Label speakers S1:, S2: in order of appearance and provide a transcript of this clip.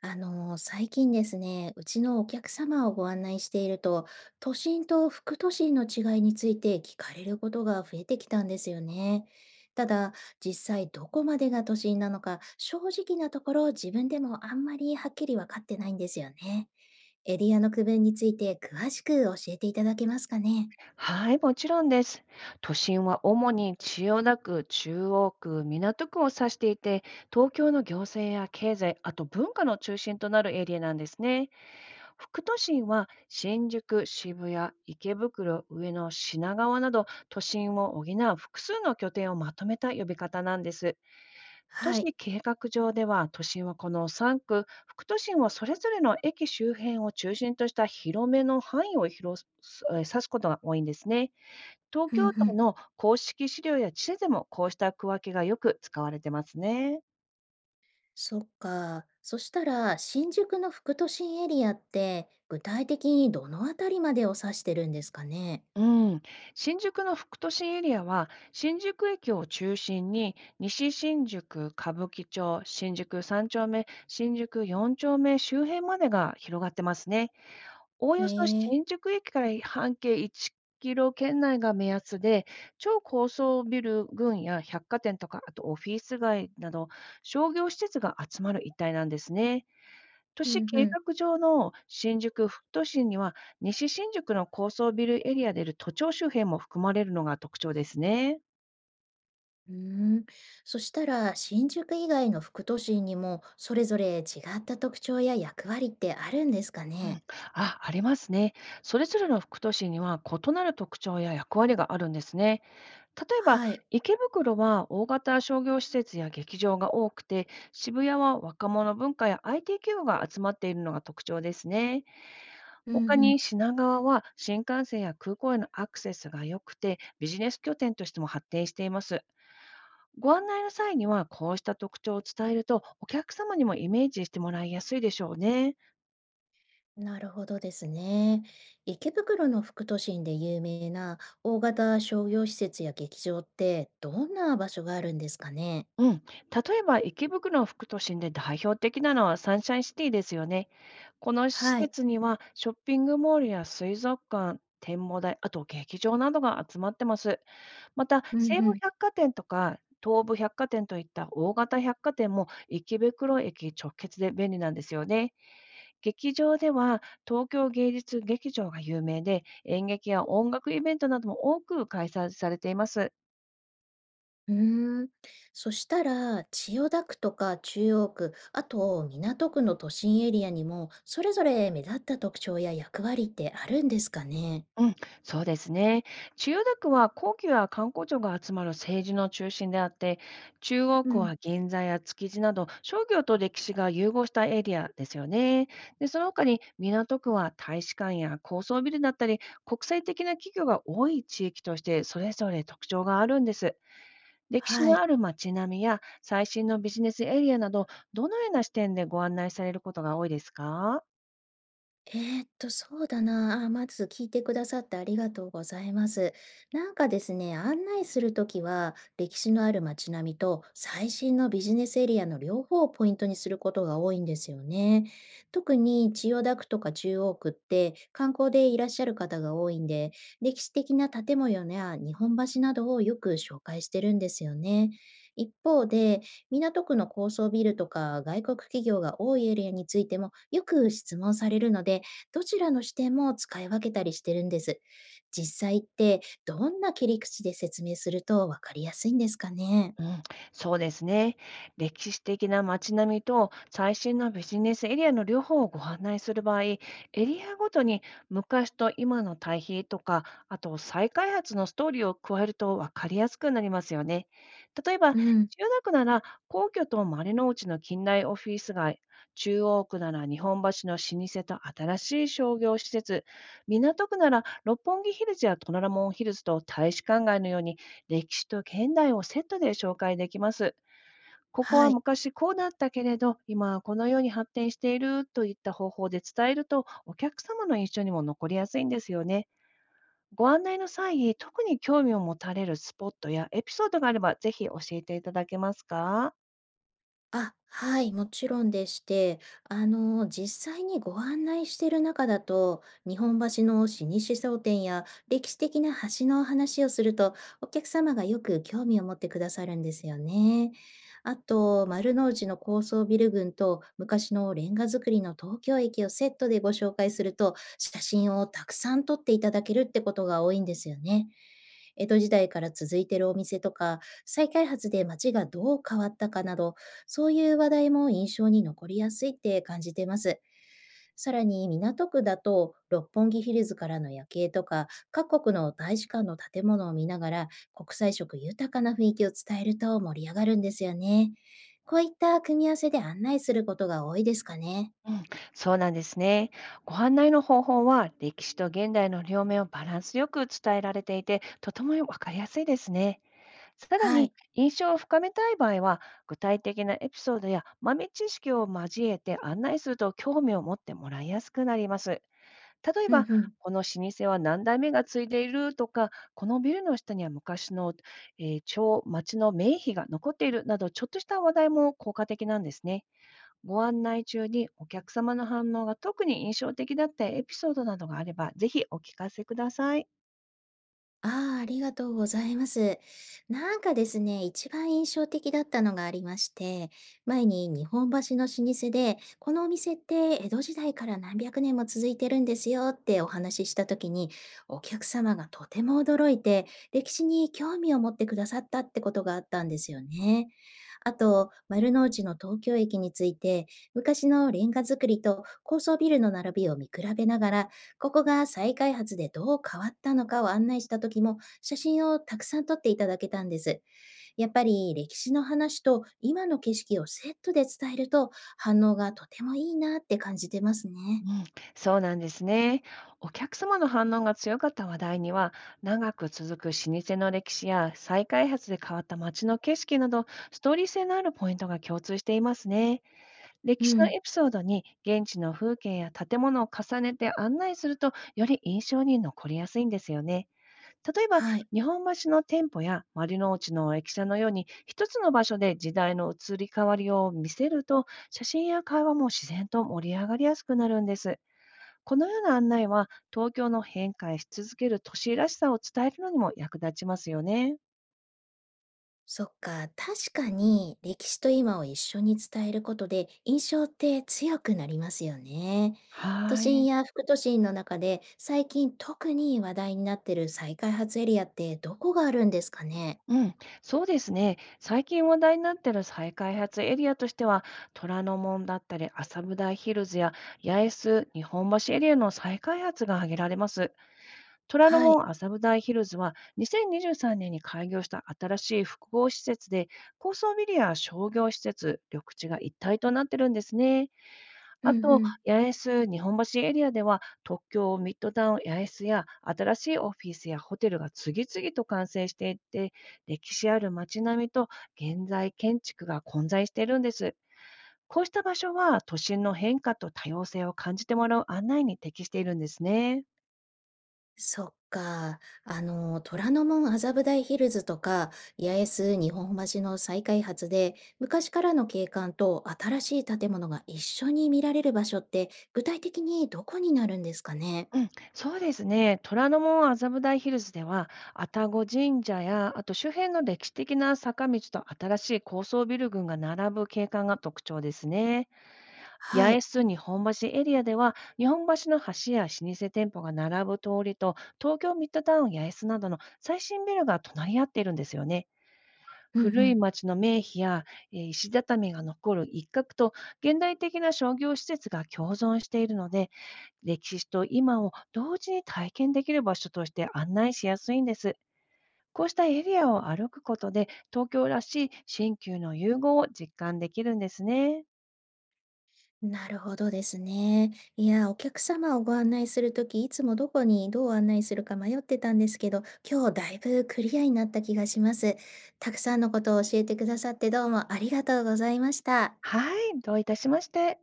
S1: 最近ですね、うちのお客様をご案内していると、都心と副都心の違いについて聞かれることが増えてきたんですよね。ただ、実際どこまでが都心なのか、正直なところ自分でもあんまりはっきり分かってないんですよね。エリアの区分について詳しく教えていただけますかね。
S2: はい、もちろんです。都心は主に千代田区、中央区、港区を指していて、東京の行政や経済、あと文化の中心となるエリアなんですね。副都心は新宿、渋谷、池袋、上野、品川など都心を補う複数の拠点をまとめた呼び方なんです。都
S1: はい。
S2: 市計画上では都心はこの3区、副都心はそれぞれの駅周辺を中心とした広めの範囲を広すえー指すことが多いんですね。東
S1: うん
S2: 京
S1: う
S2: 都
S1: ん。
S2: の公式資料や地図でもこうした区分けがよく使われてますね。
S1: そっか。そしたら、新宿の副都心エリアって、具体的にどのあたりまでを指してるんですかね。
S2: うん、新宿の副都心エリアは新宿駅を中心に西新宿、歌舞伎町、新宿3丁目、新宿4丁目周辺までが広がってますね。おお
S1: へ
S2: よそ
S1: え、
S2: 新宿駅から半径1キロ圏内が目安で、超高層ビル群や百貨店とか、あとオフィス街など商業施設が集まる一帯なんですね。都
S1: う
S2: 市
S1: んう
S2: 計
S1: ん。
S2: 画上の新宿副都心には、西新宿の高層ビルエリアである都庁周辺も含まれるのが特徴ですね。
S1: うーん。そしたら、新宿以外の副都心にも、それぞれ違った特徴や役割ってあるんですか
S2: うん、
S1: ね？
S2: ありますね。それぞれの副都市には異なる特徴や役割があるんですね。例えば、
S1: はい。
S2: 池袋は大型商業施設や劇場が多くて、渋谷は若者文化や IT 企業が集まっているのが特徴ですね。
S1: うんう
S2: 他に
S1: ん。
S2: 品川は新幹線や空港へのアクセスが良くて、ビジネス拠点としても発展しています。ご案内の際には、こうした特徴を伝えると、お客様にもイメージしてもらいやすいでしょうね。
S1: なるほどですね。池袋の副都心で有名な大型商業施設や劇場って、どんな場所があるんですかね？
S2: うん。例えば、池袋の副都心で代表的なのはサンシャインシティですよね。この施
S1: はい。
S2: 設には、ショッピングモールや水族館、展望台、あと劇場などが集まってます。また、
S1: うん
S2: 西
S1: う
S2: 武
S1: ん。
S2: 百貨店とか、東武百貨店といった大型百貨店も池袋駅直結で便利なんですよね。劇場では東京芸術劇場が有名で、演劇や音楽イベントなども多く開催されています。
S1: うーん。そしたら、千代田区とか中央区、あと港区の都心エリアにも、それぞれ目立った特徴や役割ってあるんですかね？
S2: うん、そうですね。千代田区は皇居や観光庁が集まる政治の中心であって、中央
S1: う
S2: 区
S1: ん。
S2: は銀座や築地など商業と歴史が融合したエリアですよね。で、その他に港区は大使館や高層ビルだったり、国際的な企業が多い地域としてそれぞれ特徴があるんです。歴史
S1: は
S2: の
S1: い。
S2: ある街並みや最新のビジネスエリアなど、どのような視点でご案内されることが多いですか。
S1: そうだな。あ、まず聞いてくださってありがとうございます。なんかですね、案内するときは、歴史のある街並みと最新のビジネスエリアの両方をポイントにすることが多いんですよね。特に千代田区とか中央区って観光でいらっしゃる方が多いんで、歴史的な建物や日本橋などをよく紹介してるんですよね。一方で、港区の高層ビルとか外国企業が多いエリアについてもよく質問されるので、どちらの視点も使い分けたりしてるんです。実際ってどんな切り口で説明するとわかりやすいんですかね。
S2: うん、そうですね。歴史的な街並みと最新のビジネスエリアの両方をご案内する場合、エリアごとに昔と今の対比とか、あと再開発のストーリーを加えると分かりやすくなりますよね。例えば、
S1: う
S2: 千
S1: ん、
S2: 代田区なら皇居と丸の内の近代オフィス街、中央区なら日本橋の老舗と新しい商業施設、港区なら六本木ヒルズや虎ノ門ヒルズと大使館街のように歴史と現代をセットで紹介できます。ここは
S1: はい。
S2: 昔こうだったけれど、今はこのように発展しているといった方法で伝えると、お客様の印象にも残りやすいんですよね。ご案内の際、特に興味を持たれるスポットやエピソードがあれば、ぜひ教えていただけますか。
S1: あ、はい、もちろんでして、あの、実際にご案内している中だと、日本橋の老舗商店や歴史的な橋のお話をすると、お客様がよく興味を持ってくださるんですよね。あと、丸の内の高層ビル群と昔のレンガ造りの東京駅をセットでご紹介すると、写真をたくさん撮っていただけるってことが多いんですよね。江戸時代から続いてるお店とか、再開発で街がどう変わったかなど、そういう話題も印象に残りやすいって感じてます。さらに港区だと六本木ヒルズからの夜景とか各国の大使館の建物を見ながら国際色豊かな雰囲気を伝えると盛り上がるんですよね。こういった組み合わせで案内することが多いですかね。
S2: そうなんですね。ご案内の方法は、歴史と現代の両面をバランスよく伝えられていて、とてもわかりやすいですね。さら
S1: は
S2: に、
S1: い。
S2: 印象を深めたい場合は、具体的なエピソードや豆知識を交えて案内すると興味を持ってもらいやすくなります。例え
S1: うん
S2: ば、
S1: うん。
S2: この老舗は何代目が継いでいるとか、このビルの下には昔の、町の名碑が残っているなど、ちょっとした話題も効果的なんですね。ご案内中にお客様の反応が特に印象的だったエピソードなどがあれば、ぜひお聞かせください。
S1: ああ、ありがとうございます。なんかですね、一番印象的だったのがありまして、前に日本橋の老舗で、このお店って江戸時代から何百年も続いてるんですよってお話しした時に、お客様がとても驚いて、歴史に興味を持ってくださったってことがあったんですよね。あと、丸の内の東京駅について、昔のレンガ造りと高層ビルの並びを見比べながら、ここが再開発でどう変わったのかを案内した時も写真をたくさん撮っていただけたんです。やっぱり歴史の話と今の景色をセットで伝えると反応がとてもいいなって感じてますね。
S2: そうなんですね。お客様の反応が強かった話題には、長く続く老舗の歴史や再開発で変わった街の景色など、ストーリー性のあるポイントが共通していますね。
S1: う
S2: 歴史の
S1: ん。
S2: エピソードに現地の風景や建物を重ねて案内すると、より印象に残りやすいんですよね。例えば、
S1: はい。
S2: 日本橋の店舗や丸の内の駅舎のように、一つの場所で時代の移り変わりを見せると、写真や会話も自然と盛り上がりやすくなるんです。このような案内は、東京の変化し続ける都市らしさを伝えるのにも役立ちますよね。
S1: そっか。確かに歴史と今を一緒に伝えることで印象って強くなりますよね。都
S2: は
S1: 心
S2: い。
S1: や副都心の中で最近特に話題になってる再開発エリアってどこがあるんですかね？
S2: うん、そうですね。最近話題になっている再開発エリアとしては、虎ノ門だったり麻布台ヒルズや八重洲、日本橋エリアの再開発が挙げられます。虎ノ
S1: はい。
S2: 門、麻布台ヒルズは2023年にじゅうさんねんに開業した新しい複合施設で、高層ビルや商業施設、緑地が一体となっているんですね。
S1: う
S2: あ
S1: んう
S2: と、
S1: ん。
S2: 八重洲日本橋エリアでは、東京ミッドタウン八重洲や新しいオフィスやホテルが次々と完成していって、歴史ある街並みと現在建築が混在しているんです。こうした場所は都心の変化と多様性を感じてもらう案内に適しているんですね。
S1: そっか。あの、虎ノ門麻布台ヒルズとか、八重洲日本橋の再開発で、昔からの景観と新しい建物が一緒に見られる場所って、具体的にどこになるんですかね？
S2: うん、そうですね。虎ノ門麻布台ヒルズでは、愛宕神社や、あと周辺の歴史的な坂道と新しい高層ビル群が並ぶ景観が特徴ですね。八
S1: は
S2: 重
S1: い。
S2: 洲日本橋エリアでは、日本橋の橋や老舗店舗が並ぶ通りと、東京ミッドタウン八重洲などの最新ビルが隣り合っているんですよね。
S1: うんう
S2: 古い
S1: ん。
S2: 町の名碑や、石畳が残る一角と、現代的な商業施設が共存しているので、歴史と今を同時に体験できる場所として案内しやすいんです。こうしたエリアを歩くことで、東京らしい新旧の融合を実感できるんですね。
S1: なるほどですね。いや、お客様をご案内するとき、いつもどこにどう案内するか迷ってたんですけど、今日だいぶクリアになった気がします。たくさんのことを教えてくださってどうもありがとうございました。
S2: はい、どういたしまして。